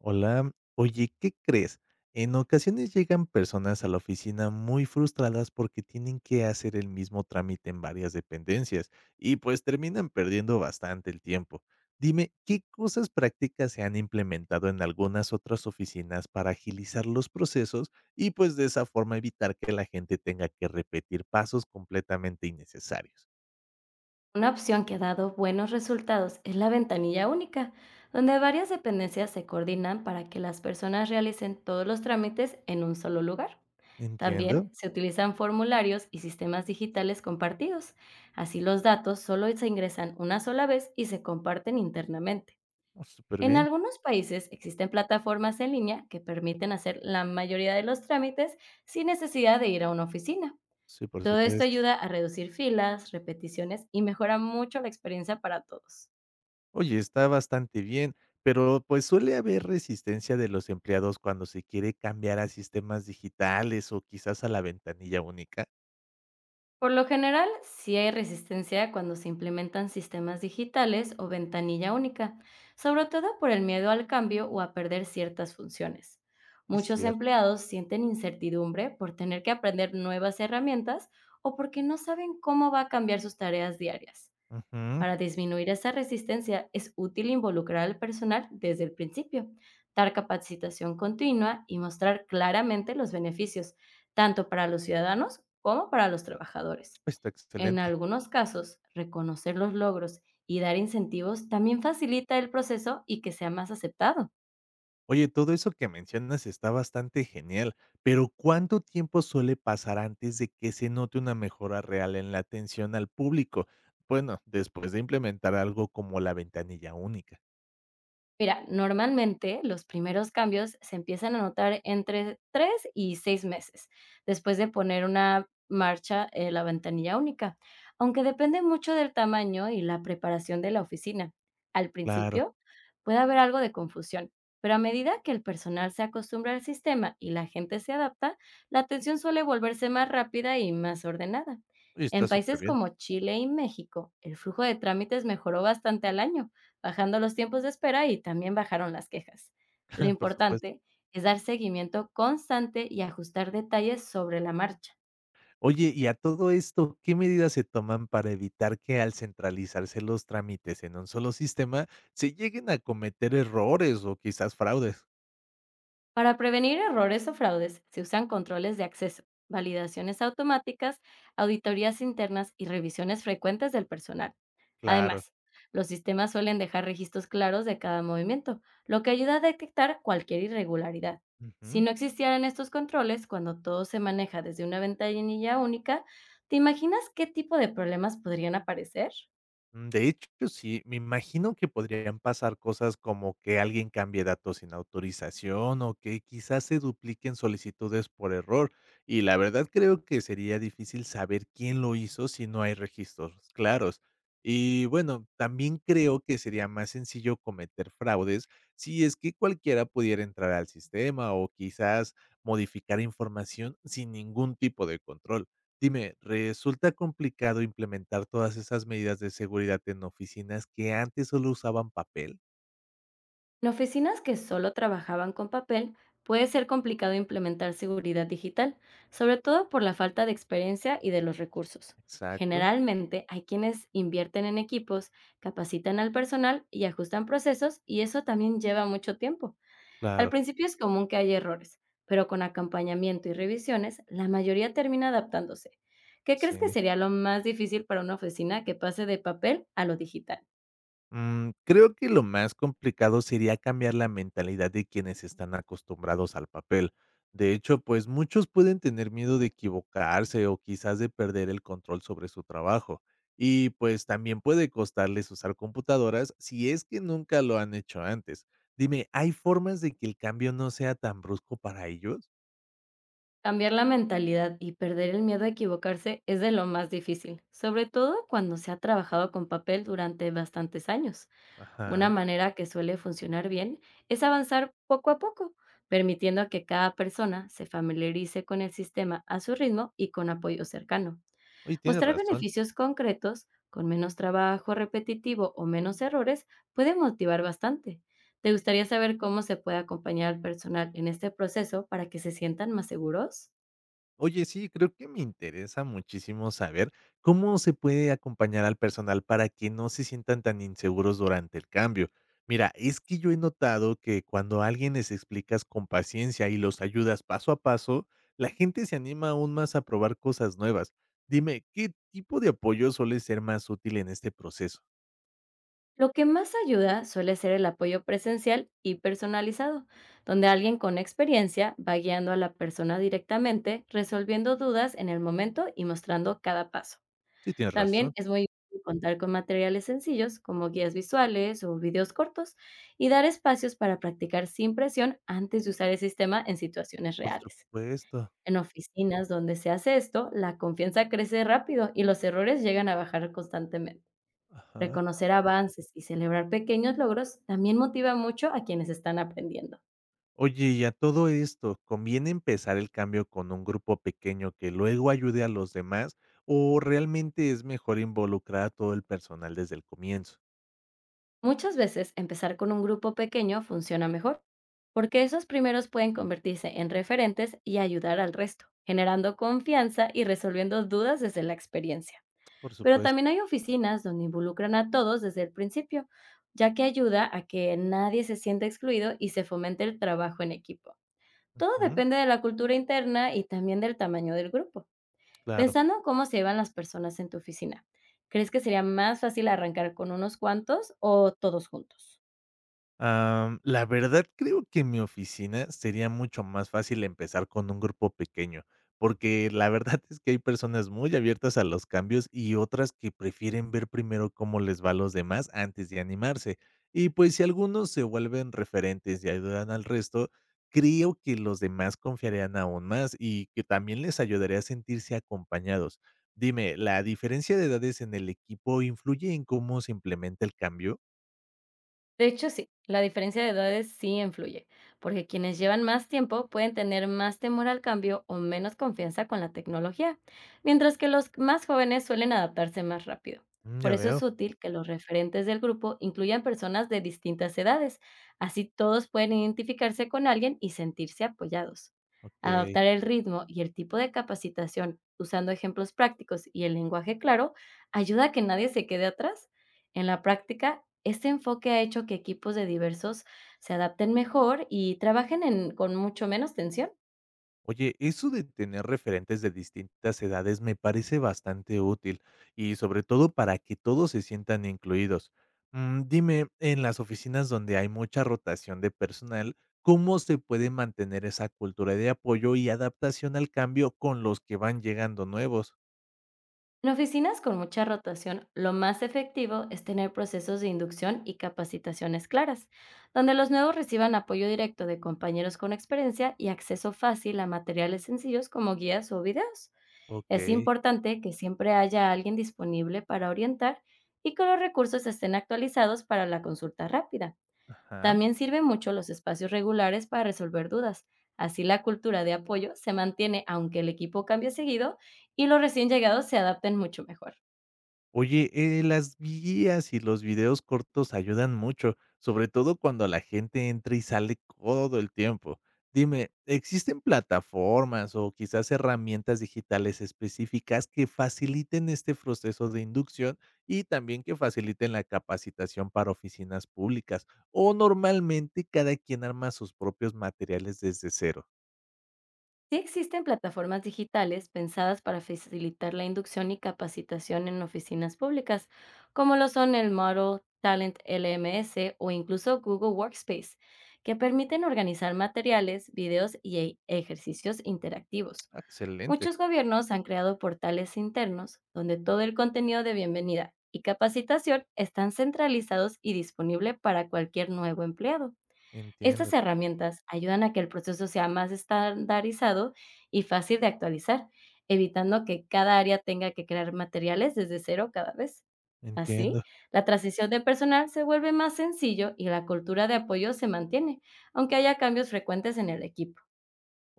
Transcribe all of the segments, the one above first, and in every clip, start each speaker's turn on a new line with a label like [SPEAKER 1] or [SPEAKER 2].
[SPEAKER 1] Hola, oye, ¿qué crees? En ocasiones llegan personas a la oficina muy frustradas porque tienen que hacer el mismo trámite en varias dependencias y pues terminan perdiendo bastante el tiempo. Dime, ¿qué cosas prácticas se han implementado en algunas otras oficinas para agilizar los procesos y pues de esa forma evitar que la gente tenga que repetir pasos completamente innecesarios?
[SPEAKER 2] Una opción que ha dado buenos resultados es la ventanilla única, donde varias dependencias se coordinan para que las personas realicen todos los trámites en un solo lugar.
[SPEAKER 1] Entiendo.
[SPEAKER 2] También se utilizan formularios y sistemas digitales compartidos. Así los datos solo se ingresan una sola vez y se comparten internamente.
[SPEAKER 1] Oh, súper
[SPEAKER 2] En
[SPEAKER 1] bien.
[SPEAKER 2] algunos países existen plataformas en línea que permiten hacer la mayoría de los trámites sin necesidad de ir a una oficina.
[SPEAKER 1] Sí, por
[SPEAKER 2] Todo esto
[SPEAKER 1] supuesto.
[SPEAKER 2] ayuda a reducir filas, repeticiones y mejora mucho la experiencia para todos.
[SPEAKER 1] Oye, está bastante bien, pero pues suele haber resistencia de los empleados cuando se quiere cambiar a sistemas digitales o quizás a la ventanilla única.
[SPEAKER 2] Por lo general, sí hay resistencia cuando se implementan sistemas digitales o ventanilla única, sobre todo por el miedo al cambio o a perder ciertas funciones.
[SPEAKER 1] Es
[SPEAKER 2] Muchos
[SPEAKER 1] cierto.
[SPEAKER 2] empleados sienten incertidumbre por tener que aprender nuevas herramientas o porque no saben cómo va a cambiar sus tareas diarias.
[SPEAKER 1] Ujú.
[SPEAKER 2] Para disminuir esa resistencia es útil involucrar al personal desde el principio, dar capacitación continua y mostrar claramente los beneficios, tanto para los ciudadanos como para los trabajadores.
[SPEAKER 1] Está
[SPEAKER 2] En
[SPEAKER 1] excelente.
[SPEAKER 2] algunos casos, reconocer los logros y dar incentivos también facilita el proceso y que sea más aceptado.
[SPEAKER 1] Oye, todo eso que mencionas está bastante genial, pero ¿cuánto tiempo suele pasar antes de que se note una mejora real en la atención al público? Bueno, después de implementar algo como la ventanilla única.
[SPEAKER 2] Mira, normalmente los primeros cambios se empiezan a notar entre 3 y 6 meses, después de poner una marcha en la ventanilla única, aunque depende mucho del tamaño y la preparación de la oficina. Al
[SPEAKER 1] Claro.
[SPEAKER 2] principio puede haber algo de confusión, pero a medida que el personal se acostumbra al sistema y la gente se adapta, la atención suele volverse más rápida y más ordenada.
[SPEAKER 1] Oye,
[SPEAKER 2] En
[SPEAKER 1] está súper
[SPEAKER 2] países
[SPEAKER 1] bien.
[SPEAKER 2] como Chile y México, el flujo de trámites mejoró bastante al año, bajando los tiempos de espera, y también bajaron las quejas. Lo
[SPEAKER 1] Por supuesto.
[SPEAKER 2] importante es dar seguimiento constante y ajustar detalles sobre la marcha.
[SPEAKER 1] Oye, y a todo esto, ¿qué medidas se toman para evitar que al centralizarse los trámites en un solo sistema se lleguen a cometer errores o quizás fraudes?
[SPEAKER 2] Para prevenir errores o fraudes, se usan controles de acceso, validaciones automáticas, auditorías internas y revisiones frecuentes del personal.
[SPEAKER 1] Claro.
[SPEAKER 2] Además, los sistemas suelen dejar registros claros de cada movimiento, lo que ayuda a detectar cualquier irregularidad. Si
[SPEAKER 1] Ujú.
[SPEAKER 2] no existieran estos controles, cuando todo se maneja desde una ventanilla única, ¿te imaginas qué tipo de problemas podrían aparecer?
[SPEAKER 1] De hecho, sí, me imagino que podrían pasar cosas como que alguien cambie datos sin autorización o que quizás se dupliquen solicitudes por error. Y la verdad creo que sería difícil saber quién lo hizo si no hay registros claros. Y bueno, también creo que sería más sencillo cometer fraudes si es que cualquiera pudiera entrar al sistema o quizás modificar información sin ningún tipo de control. Dime, ¿resulta complicado implementar todas esas medidas de seguridad en oficinas que antes solo usaban papel?
[SPEAKER 2] En oficinas que solo trabajaban con papel, puede ser complicado implementar seguridad digital, sobre todo por la falta de experiencia y de los recursos.
[SPEAKER 1] Exacto.
[SPEAKER 2] Generalmente hay quienes invierten en equipos, capacitan al personal y ajustan procesos, y eso también lleva mucho tiempo. Al
[SPEAKER 1] Claro,
[SPEAKER 2] principio es común que haya errores, pero con acompañamiento y revisiones, la mayoría termina adaptándose. ¿Qué crees que
[SPEAKER 1] sí.
[SPEAKER 2] sería lo más difícil para una oficina que pase de papel a lo digital?
[SPEAKER 1] Creo que lo más complicado sería cambiar la mentalidad de quienes están acostumbrados al papel. De hecho, pues muchos pueden tener miedo de equivocarse o quizás de perder el control sobre su trabajo. Y pues también puede costarles usar computadoras si es que nunca lo han hecho antes. Dime, ¿hay formas de que el cambio no sea tan brusco para ellos?
[SPEAKER 2] Cambiar la mentalidad y perder el miedo a equivocarse es de lo más difícil, sobre todo cuando se ha trabajado con papel durante bastantes años. Una
[SPEAKER 1] Ajá.
[SPEAKER 2] manera que suele funcionar bien es avanzar poco a poco, permitiendo que cada persona se familiarice con el sistema a su ritmo y con apoyo cercano.
[SPEAKER 1] Oye, tienes
[SPEAKER 2] Mostrar
[SPEAKER 1] razón.
[SPEAKER 2] beneficios concretos, con menos trabajo repetitivo o menos errores, puede motivar bastante. ¿Te gustaría saber cómo se puede acompañar al personal en este proceso para que se sientan más seguros?
[SPEAKER 1] Oye, sí, creo que me interesa muchísimo saber cómo se puede acompañar al personal para que no se sientan tan inseguros durante el cambio. Mira, es que yo he notado que cuando a alguien les explicas con paciencia y los ayudas paso a paso, la gente se anima aún más a probar cosas nuevas. Dime, ¿qué tipo de apoyo suele ser más útil en este proceso?
[SPEAKER 2] Lo que más ayuda suele ser el apoyo presencial y personalizado, donde alguien con experiencia va guiando a la persona directamente, resolviendo dudas en el momento y mostrando cada paso.
[SPEAKER 1] Sí, tienes
[SPEAKER 2] También
[SPEAKER 1] razón,
[SPEAKER 2] es muy útil contar con materiales sencillos, como guías visuales o videos cortos, y dar espacios para practicar sin presión antes de usar el sistema en situaciones
[SPEAKER 1] por
[SPEAKER 2] reales.
[SPEAKER 1] supuesto.
[SPEAKER 2] En oficinas donde se hace esto, la confianza crece rápido y los errores llegan a bajar constantemente.
[SPEAKER 1] Ajá.
[SPEAKER 2] Reconocer avances y celebrar pequeños logros también motiva mucho a quienes están aprendiendo.
[SPEAKER 1] Oye, y a todo esto, ¿conviene empezar el cambio con un grupo pequeño que luego ayude a los demás o realmente es mejor involucrar a todo el personal desde el comienzo?
[SPEAKER 2] Muchas veces empezar con un grupo pequeño funciona mejor, porque esos primeros pueden convertirse en referentes y ayudar al resto, generando confianza y resolviendo dudas desde la experiencia.
[SPEAKER 1] Por
[SPEAKER 2] Pero
[SPEAKER 1] supuesto.
[SPEAKER 2] también hay oficinas donde involucran a todos desde el principio, ya que ayuda a que nadie se sienta excluido y se fomente el trabajo en equipo. Todo
[SPEAKER 1] Ujú,
[SPEAKER 2] depende de la cultura interna y también del tamaño del grupo.
[SPEAKER 1] claro.
[SPEAKER 2] Pensando en cómo se llevan las personas en tu oficina, ¿crees que sería más fácil arrancar con unos cuantos o todos juntos?
[SPEAKER 1] La verdad creo que en mi oficina sería mucho más fácil empezar con un grupo pequeño, porque la verdad es que hay personas muy abiertas a los cambios y otras que prefieren ver primero cómo les va a los demás antes de animarse. Y pues si algunos se vuelven referentes y ayudan al resto, creo que los demás confiarían aún más y que también les ayudaría a sentirse acompañados. Dime, ¿la diferencia de edades en el equipo influye en cómo se implementa el cambio?
[SPEAKER 2] De hecho, sí, la diferencia de edades sí influye, porque quienes llevan más tiempo pueden tener más temor al cambio o menos confianza con la tecnología, mientras que los más jóvenes suelen adaptarse más rápido. Por
[SPEAKER 1] Ya
[SPEAKER 2] eso
[SPEAKER 1] veo,
[SPEAKER 2] es útil que los referentes del grupo incluyan personas de distintas edades, así todos pueden identificarse con alguien y sentirse apoyados.
[SPEAKER 1] ok.
[SPEAKER 2] Adaptar el ritmo y el tipo de capacitación usando ejemplos prácticos y el lenguaje claro ayuda a que nadie se quede atrás. En la práctica, este enfoque ha hecho que equipos de diversos se adapten mejor y trabajen con mucho menos tensión.
[SPEAKER 1] Oye, eso de tener referentes de distintas edades me parece bastante útil y sobre todo para que todos se sientan incluidos. Dime, en las oficinas donde hay mucha rotación de personal, ¿cómo se puede mantener esa cultura de apoyo y adaptación al cambio con los que van llegando nuevos?
[SPEAKER 2] En oficinas con mucha rotación, lo más efectivo es tener procesos de inducción y capacitaciones claras, donde los nuevos reciban apoyo directo de compañeros con experiencia y acceso fácil a materiales sencillos como guías o videos.
[SPEAKER 1] Ok,
[SPEAKER 2] Es importante que siempre haya alguien disponible para orientar y que los recursos estén actualizados para la consulta rápida.
[SPEAKER 1] ajá.
[SPEAKER 2] También sirven mucho los espacios regulares para resolver dudas. Así la cultura de apoyo se mantiene aunque el equipo cambie seguido, y los recién llegados se adapten mucho mejor.
[SPEAKER 1] Oye, las guías y los videos cortos ayudan mucho, sobre todo cuando la gente entra y sale todo el tiempo. Dime, ¿existen plataformas o quizás herramientas digitales específicas que faciliten este proceso de inducción y también que faciliten la capacitación para oficinas públicas? ¿O normalmente cada quien arma sus propios materiales desde cero?
[SPEAKER 2] Sí existen plataformas digitales pensadas para facilitar la inducción y capacitación en oficinas públicas, como lo son el Model Talent LMS o incluso Google Workspace, que permiten organizar materiales, videos y ejercicios interactivos.
[SPEAKER 1] Ah, excelente,
[SPEAKER 2] Muchos gobiernos han creado portales internos donde todo el contenido de bienvenida y capacitación están centralizados y disponible para cualquier nuevo empleado.
[SPEAKER 1] entiendo,
[SPEAKER 2] Estas herramientas ayudan a que el proceso sea más estandarizado y fácil de actualizar, evitando que cada área tenga que crear materiales desde cero cada vez.
[SPEAKER 1] entiendo.
[SPEAKER 2] Así, la transición de personal se vuelve más sencillo y la cultura de apoyo se mantiene, aunque haya cambios frecuentes en el equipo.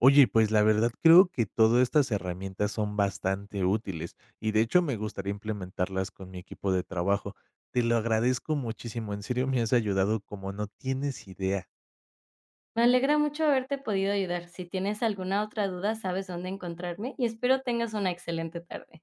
[SPEAKER 1] Oye, pues la verdad creo que todas estas herramientas son bastante útiles y de hecho me gustaría implementarlas con mi equipo de trabajo. Te lo agradezco muchísimo, en serio me has ayudado como no tienes idea.
[SPEAKER 2] Me alegra mucho haberte podido ayudar. Si tienes alguna otra duda, sabes dónde encontrarme, y espero tengas una excelente tarde.